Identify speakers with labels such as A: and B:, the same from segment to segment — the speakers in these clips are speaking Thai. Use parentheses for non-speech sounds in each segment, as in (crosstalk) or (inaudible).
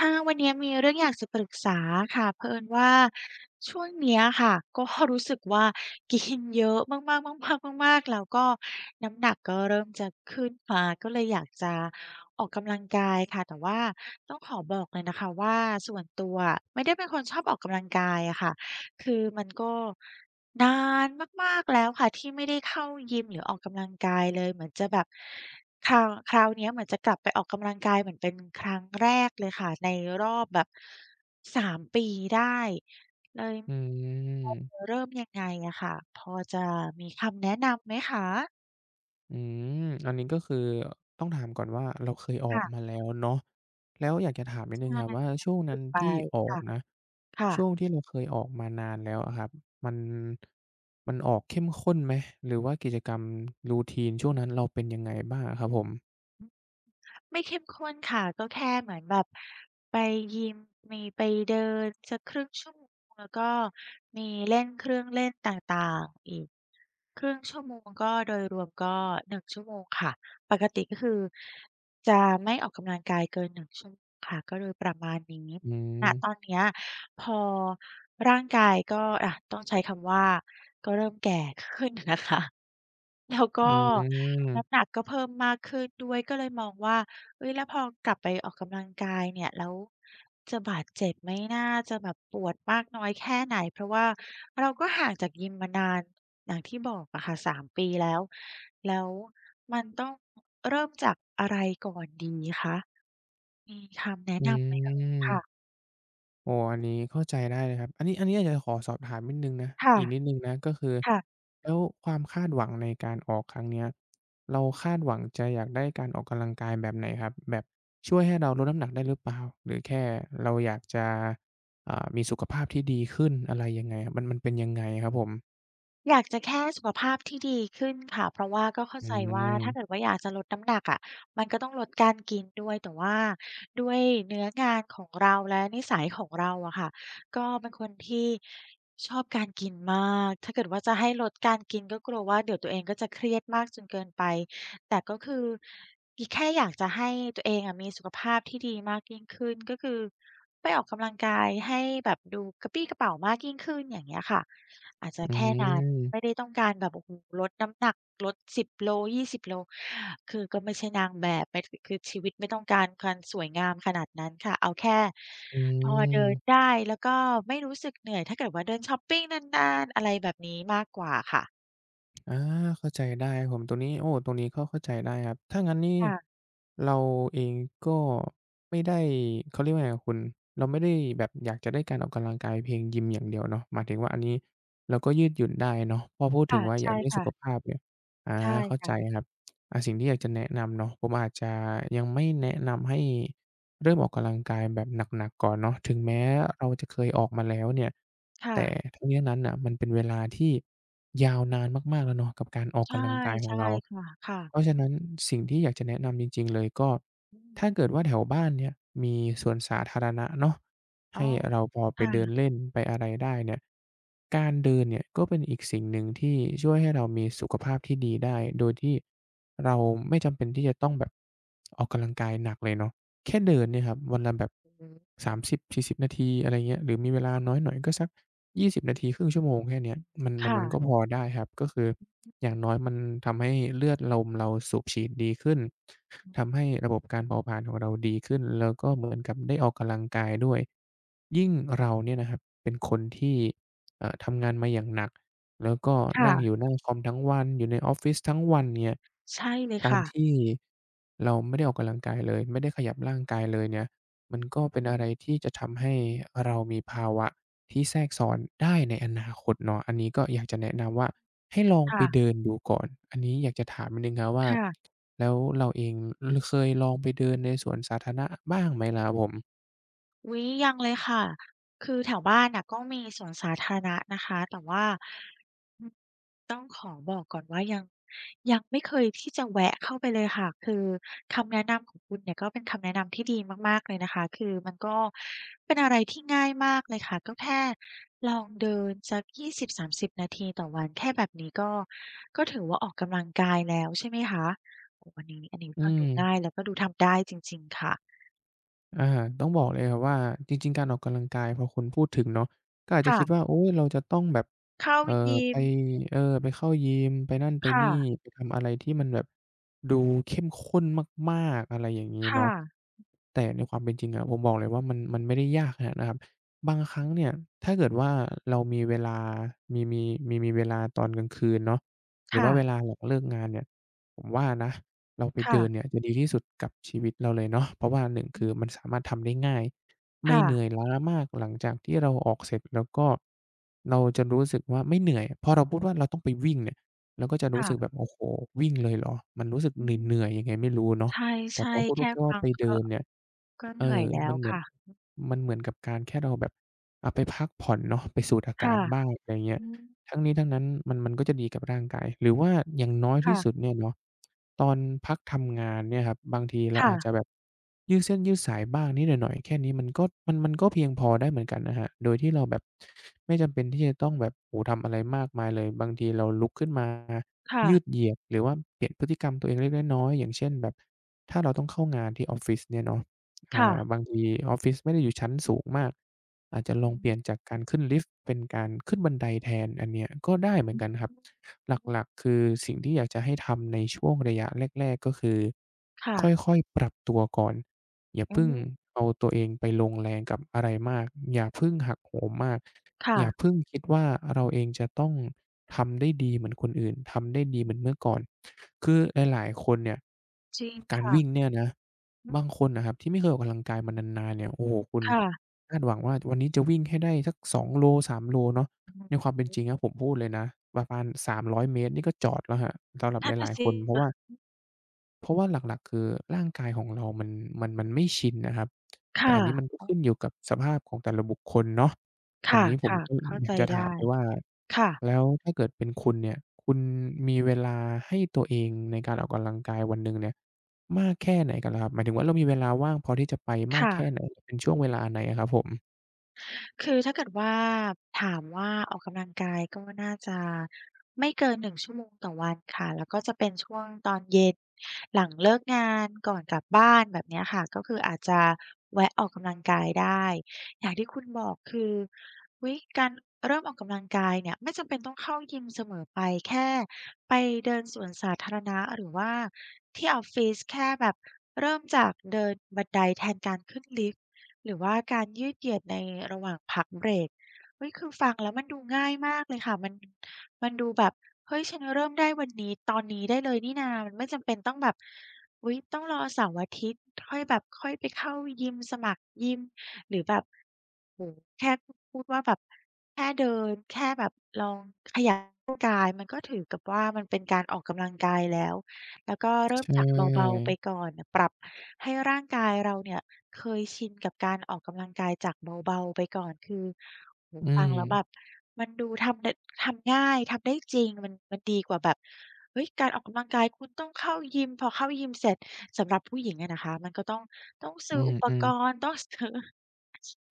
A: อาวันนี้มีเรื่องอยากจะปรึกษาค่ะเผอิญว่าช่วงเนี้ยค่ะก็ (laughs) รู้สึกว่ากินเยอะมากๆๆๆมากๆแล้วก็น้ำหนักก็เริ่มจะขึ้นมาก็เลยอยากจะออกกำลังกายค่ะแต่ว่าต้องขอบอกเลยนะคะว่าส่วนตัวไม่ได้เป็นคนชอบออกกำลังกายอะค่ะคือมันก็ นานมากๆแล้วค่ะที่ไม่ได้เข้ายิมหรือออกกำลังกายเลยเหมือนจะแบบคราวคราวเนี้ยเหมือนจะกลับไปออกกำลังกายเหมือนเป็นครั้งแรกเลยค่ะในรอบแบบ3ปีได้เลย
B: อื
A: ว่า
B: ม
A: จะเริ่มยังไงอะค่ะพอจะมีคำแนะนำไหมคะ
B: อืมอันนี้ก็คือต้องถามก่อนว่าเราเคยออกมา
A: ค่ะ
B: แล้วเนาะแล้วอยากจะถามนิดหนึ่ง
A: ใช่
B: ครับว่าช่วงนั้
A: ฝึ
B: น
A: กไป
B: ที่ออก
A: ค่ะ
B: นะ
A: ค่ะ
B: ช่วงที่เราเคยออกมานานแล้วอะครับมันมันออกเข้มข้นไหมหรือว่ากิจกรรม routine ช่วงนั้นเราเป็นยังไงบ้างอะครับผม
A: ไม่เข้มข้นค่ะก็แค่เหมือนแบบไปยิมมีไปเดินสักครึ่งชั่วโมงแล้วก็มีเล่นเครื่องเล่นต่างๆอีกครึ่งชั่วโมงก็โดยรวมก็หนึ่งชั่วโมงค่ะปกติก็คือจะไม่ออกกำลังกายเกินหนึ่งชั่วโมงค่ะก็โดยประมาณนี้
B: อื
A: ณ
B: ม
A: ตอนเนี้ยพอร่างกายก็อะต้องใช้คำว่าก็เริ่มแก่ขึ้นนะคะ แล้ว
B: อื
A: ก็น้ำห
B: ม
A: นักก็เพิ่มมากขึ้นด้วยก็เลยมองว่าเฮ้ยแล้วพอกลับไปออกกำลังกายเนี่ยแล้วจะบาดเจ็บไหมนะจะแบบปวดมากน้อยแค่ไหนเพราะว่าเราก็ห่างจากยิมมานานอย่างที่บอกอะค่ะสามปีแล้วแล้วมันต้องเริ่มจากอะไรก่อนดีคะมีคำแนะ
B: อื
A: นำไหมเอ่ย
B: ม
A: ค่ะ
B: โอ้อันนี้เข้าใจได้เลยครับ อันนี้อันนี้อยากจะขอสอบถามนิดหนึ่งนะ
A: ค่ะ
B: อีกนิดหนึ่งนะก็คือ
A: ค่ะ
B: แล้วความคาดหวังในการออกครั้งเนี้ยเราคาดหวังจะอยากได้การออกกำลังกายแบบไหนครับ แบบช่วยให้เราลดน้ำหนักได้หรือเปล่าหรือแค่เราอยากจะมีสุขภาพที่ดีขึ้นอะไรยังไงครับมันเป็นยังไงครับผม
A: อยากจะแค่สุขภาพที่ดีขึ้นค่ะเพราะว่าก็เข้า
B: อื
A: ใจว่าถ้าเกิด
B: ม
A: ว่าอยากจะลดน้ำหนักอะมันก็ต้องลดการกินด้วยแต่ว่าด้วยเนื้องานของเราและนิสัยของเราอะค่ะก็เป็นคนที่ชอบการกินมากถ้าเกิดว่าจะให้ลดการกินก็กลัวว่าเดี๋ยวตัวเองก็จะเครียดมากจนเกินไปแต่ก็คืออีแค่อยากจะให้ตัวเองอะมีสุขภาพที่ดีมากยิ่งขึ้นก็คือไปออกกำลังกายให้แบบดูกระปรี้กระเปร่ามากยิ่งขึ้นอย่างเงี้ยค่ะอาจจะ
B: อื
A: แค่นั้น ไม่ได้
B: ม
A: ต้องการแบบโอ้โฮลดน้ำหนักลดสิบโลยี่สิบโลคือก็ไม่ใช่นางแบบไม่คคือชีวิตไม่ต้องการความสวยงามขนาดนั้นค่ะเอาแค่
B: อื
A: พอเดิน
B: ม
A: ได้แล้วก็ไม่รู้สึกเหนื่อยถ้าเกิดว่าเดินชอปปิงนานๆอะไรแบบนี้มากกว่าค่ะ
B: อาเข้าใจได้ครับผมตรงนี้โอ้ตรงนี้ก็เข้าใจได้ครับถ้างั้นนี่
A: ค่ะ
B: เราเองก็ไม่ได้เขาเรียกว่าไงอะคุณเราไม่ได้แบบอยากจะได้การออกกำลังกายเพียงยิมอย่างเดียวเนาะหมายถึงว่าอันนี้เราก็ยืดหยุ่นได้เนาะพอพูดถึ
A: ค่ะ
B: งว่าอยาก
A: ใช่
B: ได้สุ
A: ค่ะ
B: ขภาพเนี่ยอา
A: ใช่
B: เข้าใจ
A: ค่ะ
B: ครับอ่าสิ่งที่อยากจะแนะนำเนาะผมอาจจะยังไม่แนะนำให้ เริ่มออกกำลังกายแบบหนักๆก่อนเนาะถึงแม้เราจะเคยออกมาแล้วเนี่ย
A: ค่ะ
B: แต่ทั้งนี้ทั้งนั้นน่ะมันเป็นเวลาที่ยาวนานมากๆแล้วเนาะกับการออก
A: ใช่
B: กำลังกายของ
A: ใช่
B: เรา
A: ค่ะ
B: เพ
A: ค่ะ
B: ราะฉะนั้นสิ่งที่อยากจะแนะนำจริงๆเลยก็
A: อืม
B: ถ้าเกิดว่าแถวบ้านเนี่ยมีสวนสาธารณะเนาะ
A: อ๋อ
B: ให้เราพอไปเดิน
A: ค่ะ
B: เล่นไปอะไรได้เนี่ยการเดินเนี่ยก็เป็นอีกสิ่งหนึ่งที่ช่วยให้เรามีสุขภาพที่ดีได้โดยที่เราไม่จำเป็นที่จะต้องแบบออกกำลังกายหนักเลยเนาะ แค่เดินเนี่ยครับวันละแบบ
A: อือฮึ
B: 30-40นาทีอะไรเงี้ยหรือมีเวลาน้อยหน่อยก็สัก20นาทีครึ่งชั่วโมงแค่เนี้ยมันก็
A: ค่ะ
B: พอได้ครับก็คืออย่างน้อยมันทำให้เลือดลมเราสูบฉีดดีขึ้น
A: อื
B: ทำ
A: ม
B: ให้ระบบการเผาผลาญของเราดีขึ้นแล้วก็เหมือนกับได้ออกกำลังกายด้วยยิ่งเราเนี่ยนะครับเป็นคนที่ทำงานมาอย่างหนัก แล้วก็
A: ค่ะ
B: นั่งอยู่หน้าคอมทั้งวันอยู่ในออฟฟิศทั้งวันเนี่ย
A: ใช่เลย
B: การ
A: ค่ะ
B: ที่เราไม่ได้ออกกำลังกายเลยไม่ได้ขยับร่างกายเลยเนี่ยมันก็เป็นอะไรที่จะทำให้เรามีภาวะที่แทรกซ้อนได้ในอนาคตเนาะอันนี้ก็อยากจะแนะ
A: อืม
B: นำว่าให้ลองไป
A: ค่ะ
B: เดินดูก่อนอันนี้อยากจะถามนิดหนึ่งครับว่า
A: ค่ะ
B: แล้วเราเองลเคยลองไปเดินในสวนสาธารณะบ้างไหมล่ะครับผม
A: อุ๊ยยังเลยค่ะคือแถวบ้านน่ะก็มีสวนสาธารณะนะคะแต่ว่าอืมยังไม่เคยที่จะแวะเข้าไปเลยค่ะคือคำแนะนำของคุณเนี่ยก็เป็นคำแนะนำที่ดีมากๆเลยนะคะคือมันก็เป็นอะไรที่ง่ายมากเลยค่ะก็แค่ลองเดินสักยี่สิบสามสิบนาทีต่อวันแค่แบบนี้ก็ก็ถือว่าออกกำลังกายแล้วใช่ไหมคะโอ้อันนี้อันนี้
B: อื
A: ฟัง
B: ม
A: ดูง่ายแล้วก็ดูทำได้จริงๆค่ะ
B: อาต้องบอกเลยครับว่าจริงๆการออกกำลังกายพอคนพูดถึงเนาะก็อาจจะคิดว่า
A: ค่ะ
B: โอ๊ยเราจะต้องแบบ
A: เข้า
B: เอ่อ
A: ยิ
B: ไป
A: ม
B: เออไปเข้ายิมไปนั่นไป
A: ค่ะ
B: นี่ไปทำอะไรที่มันแบบดูเข้มข้นมากๆอะไรอย่างงี้เนาะ
A: ค่ะ
B: แต่ในความเป็นจริงอะผมบอกเลยว่ามันไม่ได้ยากขนาดนั้นครับบางครั้งเนี่ยถ้าเกิดว่าเรามีเวลามีมีมีเวลาตอนกลางคืนเนาะหรือว่าเว
A: ค่ะ
B: ลาหลังเลิกงานเนี่ยผมว่านะ เราไปเดินเนี่
A: ค่ะ
B: ยจะดีที่สุดกับชีวิตเราเลยเนาะเพราะว่าหนึ่งคือมัน
A: อ
B: สามารถทำได้ง่ายไม่
A: ค่ะ
B: เหนื่อยล้ามากหลังจากที่เราออกเสร็จแล้วก็เราจะรู้สึกว่าไม่เหนื่อยพอเราพูดว่าเราต้องไปวิ่งเนี่ยเราก็จะรู้สึกแบบ
A: ค่ะ
B: โอ้โฮวิ่งเลยเหรอมันรู้สึก
A: อื
B: เหนื่อย
A: ม
B: ๆยังไงไม่รู้เนาะ
A: ใ
B: แต่พ
A: ช่
B: อพูด
A: ๆ
B: ว่า
A: แค่
B: แค่ว่า
A: ฟัง
B: ไปเดิ
A: ก็
B: นเนี่ย
A: ก็เห
B: เอ
A: นื่อ
B: อ
A: ยแล้
B: มั
A: ว
B: นเหมือน
A: ค่ะ
B: มันเหมือนกับการแค่เราแบบอะไปพักผ่อนเนาะไปสูดอากา
A: ค่ะ
B: ศบ้างอะไรเงี้ย
A: อืม
B: ทั้งนี้ทั้งนั้นมันก็จะดีกับร่างกายหรือว่าอย่างน้อยที่
A: ค่ะ
B: สุดเนี่ยเนาะตอนพักทำงานเนี่ยครับบางทีเรา
A: ค่ะ
B: อาจจะแบบยืดเส้นยืดสายบ้างนิดหน่อยๆแค่นี้มันก็มันก็เพียงพอได้เหมือนกันนะครับโดยที่เราแบบไม่จำเป็นที่จะต้องแบบโอ้โฮทำอะไรมากมายเลยบางทีเราลุกขึ้นมายืด
A: ค่ะ
B: เหยียดหรือว่าเปลี่ยนพฤติกรรมตัวเองเล็กๆน้อยๆอย่างเช่นแบบถ้าเราต้องเข้างานที่ออฟฟิศเนี่ยเนาะ
A: ค่ะ
B: บางทีออฟฟิศไม่ได้อยู่ชั้นสูงมากอาจจะล
A: อื
B: องเปลี่ยน
A: ม
B: จากการขึ้นลิฟต์เป็นการขึ้นบันไดแทนอันเนี้ยก็ได้เหมือ
A: อื
B: น
A: อ
B: กันครับ
A: อือ
B: หลักๆคือสิ่งที่อยากจะให้ทำในช่วงระยะแรกๆก็คือค
A: ค่ะ
B: ่อยๆปรับตัวก่อนอย่า
A: อื
B: เพิ่ง
A: อ
B: เอาตัวเองไปลงแรงกับอะไรมากอย่าเพิ่งหักโหมมากอย่า
A: ค่ะ
B: เพิ่งคิดว่าเราเองจะต้องทำได้ดีเหมือนคนอื่นทำได้ดีเหมือนเมื่อก่อนคือหลายๆคนเนี่ย
A: จริง
B: การ
A: ค่ะ
B: วิ่งเนี่ยนะ
A: อ
B: บาง
A: อ
B: คนนะครับที่ไม่เคยออกกำลังกายมานานๆเนี่ยโอ้โฮคุณ
A: ค่ะ
B: คาดหวังว่าวันนี้จะวิ่งให้ได้สัก2 โล3 โลเนาะ
A: อือ
B: ในความเป็นจริงนะผมพูดเลยนะประมาณ300เมตรนี่ก็จอดแล้วครับสำหรับ
A: นั่น
B: ห
A: น่ะ
B: ลาย
A: (laughs)
B: ๆค
A: สิ
B: นเพราะว่าหลักๆคือร่างกายของเรามันไม่ชินนะครับ
A: ค
B: แต่อันนี้มัน
A: ่ะ
B: ก็ขึ้นอยู่กับสภาพของแต่ละบุคคลเนาะ
A: ค
B: อันนี้ผม
A: ่ะ
B: ก็
A: ๆเข้า
B: อ
A: ใจ
B: ยากจะถาม
A: ได้
B: เลยว่า
A: ค่ะ
B: แล้วถ้าเกิดเป็นคุณเนี่ยคุณมีเวลาให้ตัวเองในการออกกำลังกายวันหนึ่งเนี่ยมากแค่ไหนกันล่ะครับหมายถึงว่าเรามีเวลาว่างพอที่จะไปมาก
A: ค่ะ
B: แค่ไหนเป็นช่วงเวลาไหนอะครับผม
A: คือถ้าเกิดว่าถามว่าออกกำลังกายก็น่าจะไม่เกิน1ชั่วโมงต่อวันค่ะแล้วก็จะเป็นช่วงตอนเย็นหลังเลิกงานก่อนกลับบ้านแบบเนี้ยค่ะก็คืออาจจะแวะออกกำลังกายได้อย่างที่คุณบอกคืออุ๊ยการเริ่มออกกำลังกายเนี่ยไม่จำเป็นต้องเข้ายิมเสมอไปแค่ไปเดินสวนสาธารณะหรือว่าที่ออฟฟิศแค่แบบเริ่มจากเดินบันไดแทนการขึ้นลิฟต์ หรือว่าการยืดเหยียดในระหว่างพักเบรกเฮ้ยคือฟังแล้วมันดูง่ายมากเลยค่ะมันมันดูแบบเฮ้ยฉันเริ่มได้วันนี้ตอนนี้ได้เลยนี่นามันไม่จำเป็นต้องแบบอุ๊ยต้องรอเสาร์อาทิตย์ค่อยแบบค่อยไปเข้ายิมสมัครยิมหรือแบบโอ้โฮแค่พูดว่าแบบแค่เดิน แค่แบบลองขยับร่างกาย มันก็ถือกับว่ามันเป็นการออกกำลังกายแล้ว แล้วก็เริ่
B: ใช
A: มจากเบา
B: ่
A: ๆไปก่อนปรับให้ร่างกายเราเนี่ยเคยชินกับการออกกำลังกายจากเบาๆไปก่อนคือโอ้โฮ
B: อื
A: ฟั
B: ม
A: งแล้วแบบมันดูทำได้ทำง่ายทำได้จริงมันมันดีกว่าแบบเฮ้ยการออกกำลังกายคุณต้องเข้ายิมพอเข้ายิมเสร็จสำหรับผู้หญิงอะนะคะมันก็ต้องต้อง
B: อื
A: ซื้ออุป
B: ม
A: ก
B: ๆ
A: รณ์ต้องซื้อ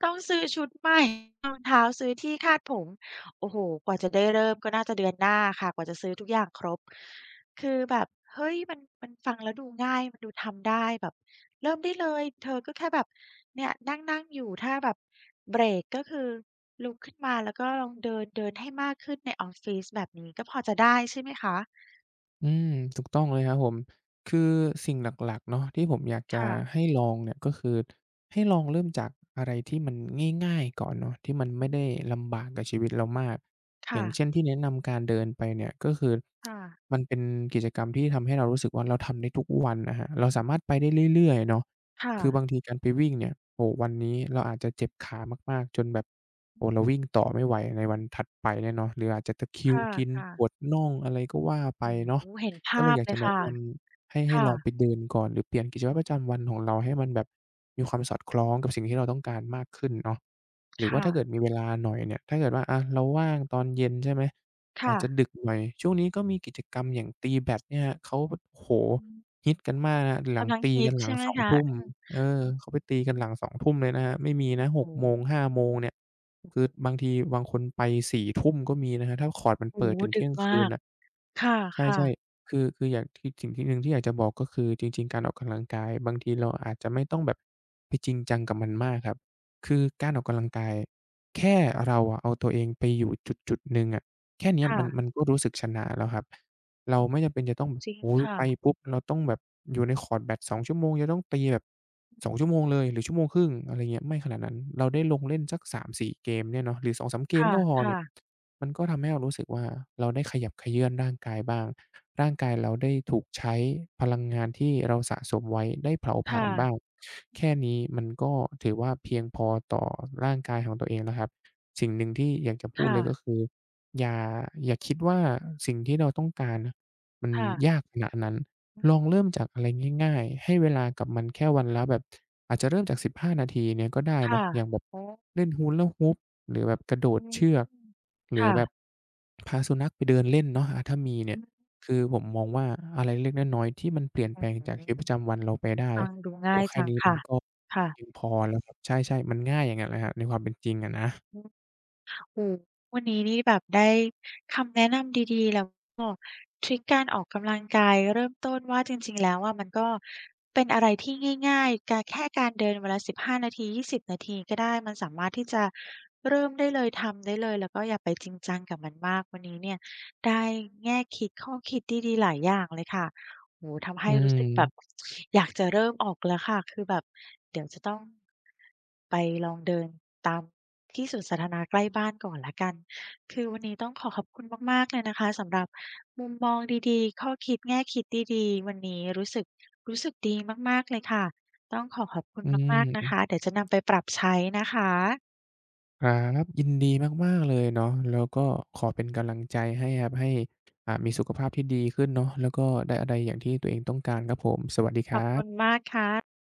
A: ต้องซื้อชุดใหม่รองเท้าซื้อที่คาดผมโอ้โฮกว่าจะได้เริ่มก็น่าจะเดือนหน้าค่ะกว่าจะซื้อทุกอย่างครบคือแบบเฮ้ยมันมันฟังแล้วดูง่ายมันดูทำได้แบบเริ่มได้เลยเธอก็แค่แบบเนี่ยนั่งๆอยู่ถ้าแบบเบรกก็คือลุกขึ้นมาแล้วก็ลองเดินเดินให้มากขึ้นในออฟฟิศแบบนี้ก็พอจะได้ใช่ไหมคะ
B: อืมถูกต้องเลยครับผมคือสิ่งหลักๆเนาะที่ผมอยากจะ
A: ค่ะ
B: ให้ลองเนี่ยก็คือให้ลองเริ่มจากอะไรที่มันง่ายๆก่อนเนาะที่มันไม่ได้ลำบากกับชีวิตเรามากอ
A: ค่ะ
B: ย่างเช่นที่แนะนำการเดินไปเนี่ยก็คือ
A: ค่ะ
B: มันเป็นกิจกรรมที่ทำให้เรารู้สึกว่าเราทำได้ทุกวันอะครับเราสามารถไปได้เรื่อยๆเนาะ
A: ค่ะ
B: คือบางทีการไปวิ่งเนี่ยโอ้โฮวันนี้เราอาจจะเจ็บขามากๆจนแบบโอ้เราวิ่งต่อไม่ไหวในวันถัดไปเนี่ยเนาะหรืออาจจะตะคริว
A: ค่ะ
B: กินปวด
A: ค่ะ
B: น่องอะไรก็ว่าไป
A: โอ้
B: เนาะ
A: โฮเห็น
B: ก็เล
A: ภา
B: ย
A: พ
B: อยาก
A: เล
B: จะ
A: ย
B: แนะ
A: ค่ะ
B: นำให้ลองไป
A: ค่ะ
B: เดินก่อนหรือเปลี่ยนกิจวัตรประจำวันของเราให้มันแบบมีความสอดคล้องกับสิ่งที่เราต้องการมากขึ้นเนาะหรือว่า
A: ค่ะ
B: ถ้าเกิดมีเวลาหน่อยเนี่ยถ้าเกิดว่าอะเราว่างตอนเย็นใช่ไหมอา
A: ค่ะ
B: จจะดึกหน่อยช่วงนี้ก็มีกิจกรรมอย่างตีแบดเนี่ยครับเขาโอ้โฮ
A: อืม
B: ฮิตกันมากนะครับหลัง
A: กำลัง
B: ตี
A: ฮิ
B: กั
A: ต
B: นหลัง
A: ใช่ไหม
B: สอง
A: คะ
B: ทุ่ม
A: อ
B: เออ
A: อ
B: เขาไปตีกันหลังสองทุ่มเลยนะครับไม่มีนะหก
A: โอ้
B: โมง
A: โฮ
B: ห้าโมงเนี่ยคือบางทีบางคนไปสี่ทุ่มก็มีนะครับถ้าคอร์ตมัน
A: โอ้
B: เปิด
A: โฮ
B: ถึง
A: ดึ
B: เที่
A: ก
B: ยงคื
A: มา
B: น
A: ก
B: น่ะ
A: ค่ะ
B: ใช่
A: ๆ
B: ๆคืออยากที่สิ่งที่หนึ่งที่อยากจะบอกก็คือจริงๆการออกกำลังกายบางทีเราอาจจะไม่ต้องแบบไปจริงจังกับมันมากครับคือการออกกำลังกายแค่เราอะเอาตัวเองไปอยู่จุดๆหนึ่งอะแค่เนี้ย
A: ค่ะ
B: มันก็รู้สึกชนะแล้วครับเราไม่จำเป็นจะต้องแบบ
A: จริง
B: โอ้โฮ
A: ค่ะ
B: ไปปุ๊บเราต้องแบบอยู่ในคอร์ตแบดสองชั่วโมงจะต้องตีแบบสองชั่วโมงเลยหรือชั่วโมงครึ่งอะไรเงี้ยไม่ขนาดนั้นเราได้ลงเล่นสักสามสี่เกมเนี่ยเนาะหรือสองสามเกม
A: ค่ะ
B: ก็พอเนี่ย
A: ค่ะ
B: มันก็ทำให้เรารู้สึกว่าเราได้ขยับเขยื้อนร่างกายบ้างร่างกายเราได้ถูกใช้พลังงานที่เราสะสมไว้ได้เผาผ
A: ค
B: ลาญบ้าง
A: ่ะ
B: แค่นี้มันก็ถือว่าเพียงพอต่อร่างกายของตัวเองแล้วครับสิ่งหนึ่งที่อยากจะพูดเลยก็
A: ค่ะ
B: คืออย่าอย่าคิดว่าสิ่งที่เราต้องการน่ะมัน
A: ค่ะ
B: ยากขนาดนั้น
A: อื
B: ลอง
A: ม
B: เริ่มจากอะไรง่ายๆให้เวลากับมันแค่วันละแบบอาจจะเริ่มจาก15นาทีเนี่ยก็ได้
A: ค่ะ
B: เนาะอย่างแบบ
A: อ๋อ
B: เล่น Hula Hoop หรือแบบกระโดด
A: อื
B: เชือ
A: ม
B: กหรือแบบ
A: ค่ะ
B: พาสุนัขไปเดินเล่นเนาะอาถ้ามีเนี่
A: อื
B: ย
A: ม
B: คือผมมองว่าอะไรเล็กๆน้อยๆที่มันเปลี่ยนแปลงจากชีวิตประจำวันเราไปได้
A: ฟังดู
B: โอ้
A: ง่า
B: โฮ
A: ย
B: แค่
A: จัง
B: นี้มัน
A: ค่ะ
B: ก็
A: ค่ะ
B: เพียงพอแล้วครับใช่ๆมันง่ายอย่างงั้นแหละครับในความเป็นจริงอะนะ
A: โอ้โฮวันนี้นี่แบบได้คำแนะนำดีๆแล้วก็ทริกการออกกำลังกายเริ่มต้นว่าจริงๆแล้วอะมันก็เป็นอะไรที่ง่ายๆกาแค่การเดินวันละ15นาที20นาทีก็ได้มันสามารถที่จะเริ่มได้เลยทำได้เลยแล้วก็อย่าไปจริงจังกับมันมากวันนี้เนี่ยได้แง่คิดข้อคิดดีๆหลายอย่างเลยค่ะ โอ้โฮทำ
B: อื
A: ให้
B: ม
A: รู้สึกแบบอยากจะเริ่มออกแล้วค่ะคือแบบเดี๋ยวจะต้องไปลองเดินตามที่สวนสาธารณะใกล้บ้านก่อนแล้วกันคือวันนี้ต้องขอขอบคุณมากๆเลยนะคะสำหรับมุมมองดีๆข้อคิดแง่คิดดีๆวันนี้รู้สึกรู้สึกดีมากๆเลยค่ะต้องขอขอบคุณ
B: อื
A: มากๆนะคะ
B: ม
A: เดี๋ยวจะนำไปปรับใช้นะคะ
B: ครับยินดีมากๆเลยเนาะแล้วก็ขอเป็นกำลังใจให้ครับให้มีสุขภาพที่ดีขึ้นเนาะแล้วก็ได้อะไรอย่างที่ตัวเองต้องการครับผมสวัสดีค
A: ขอ
B: รั
A: บคุณ
B: บ
A: มากค่ะ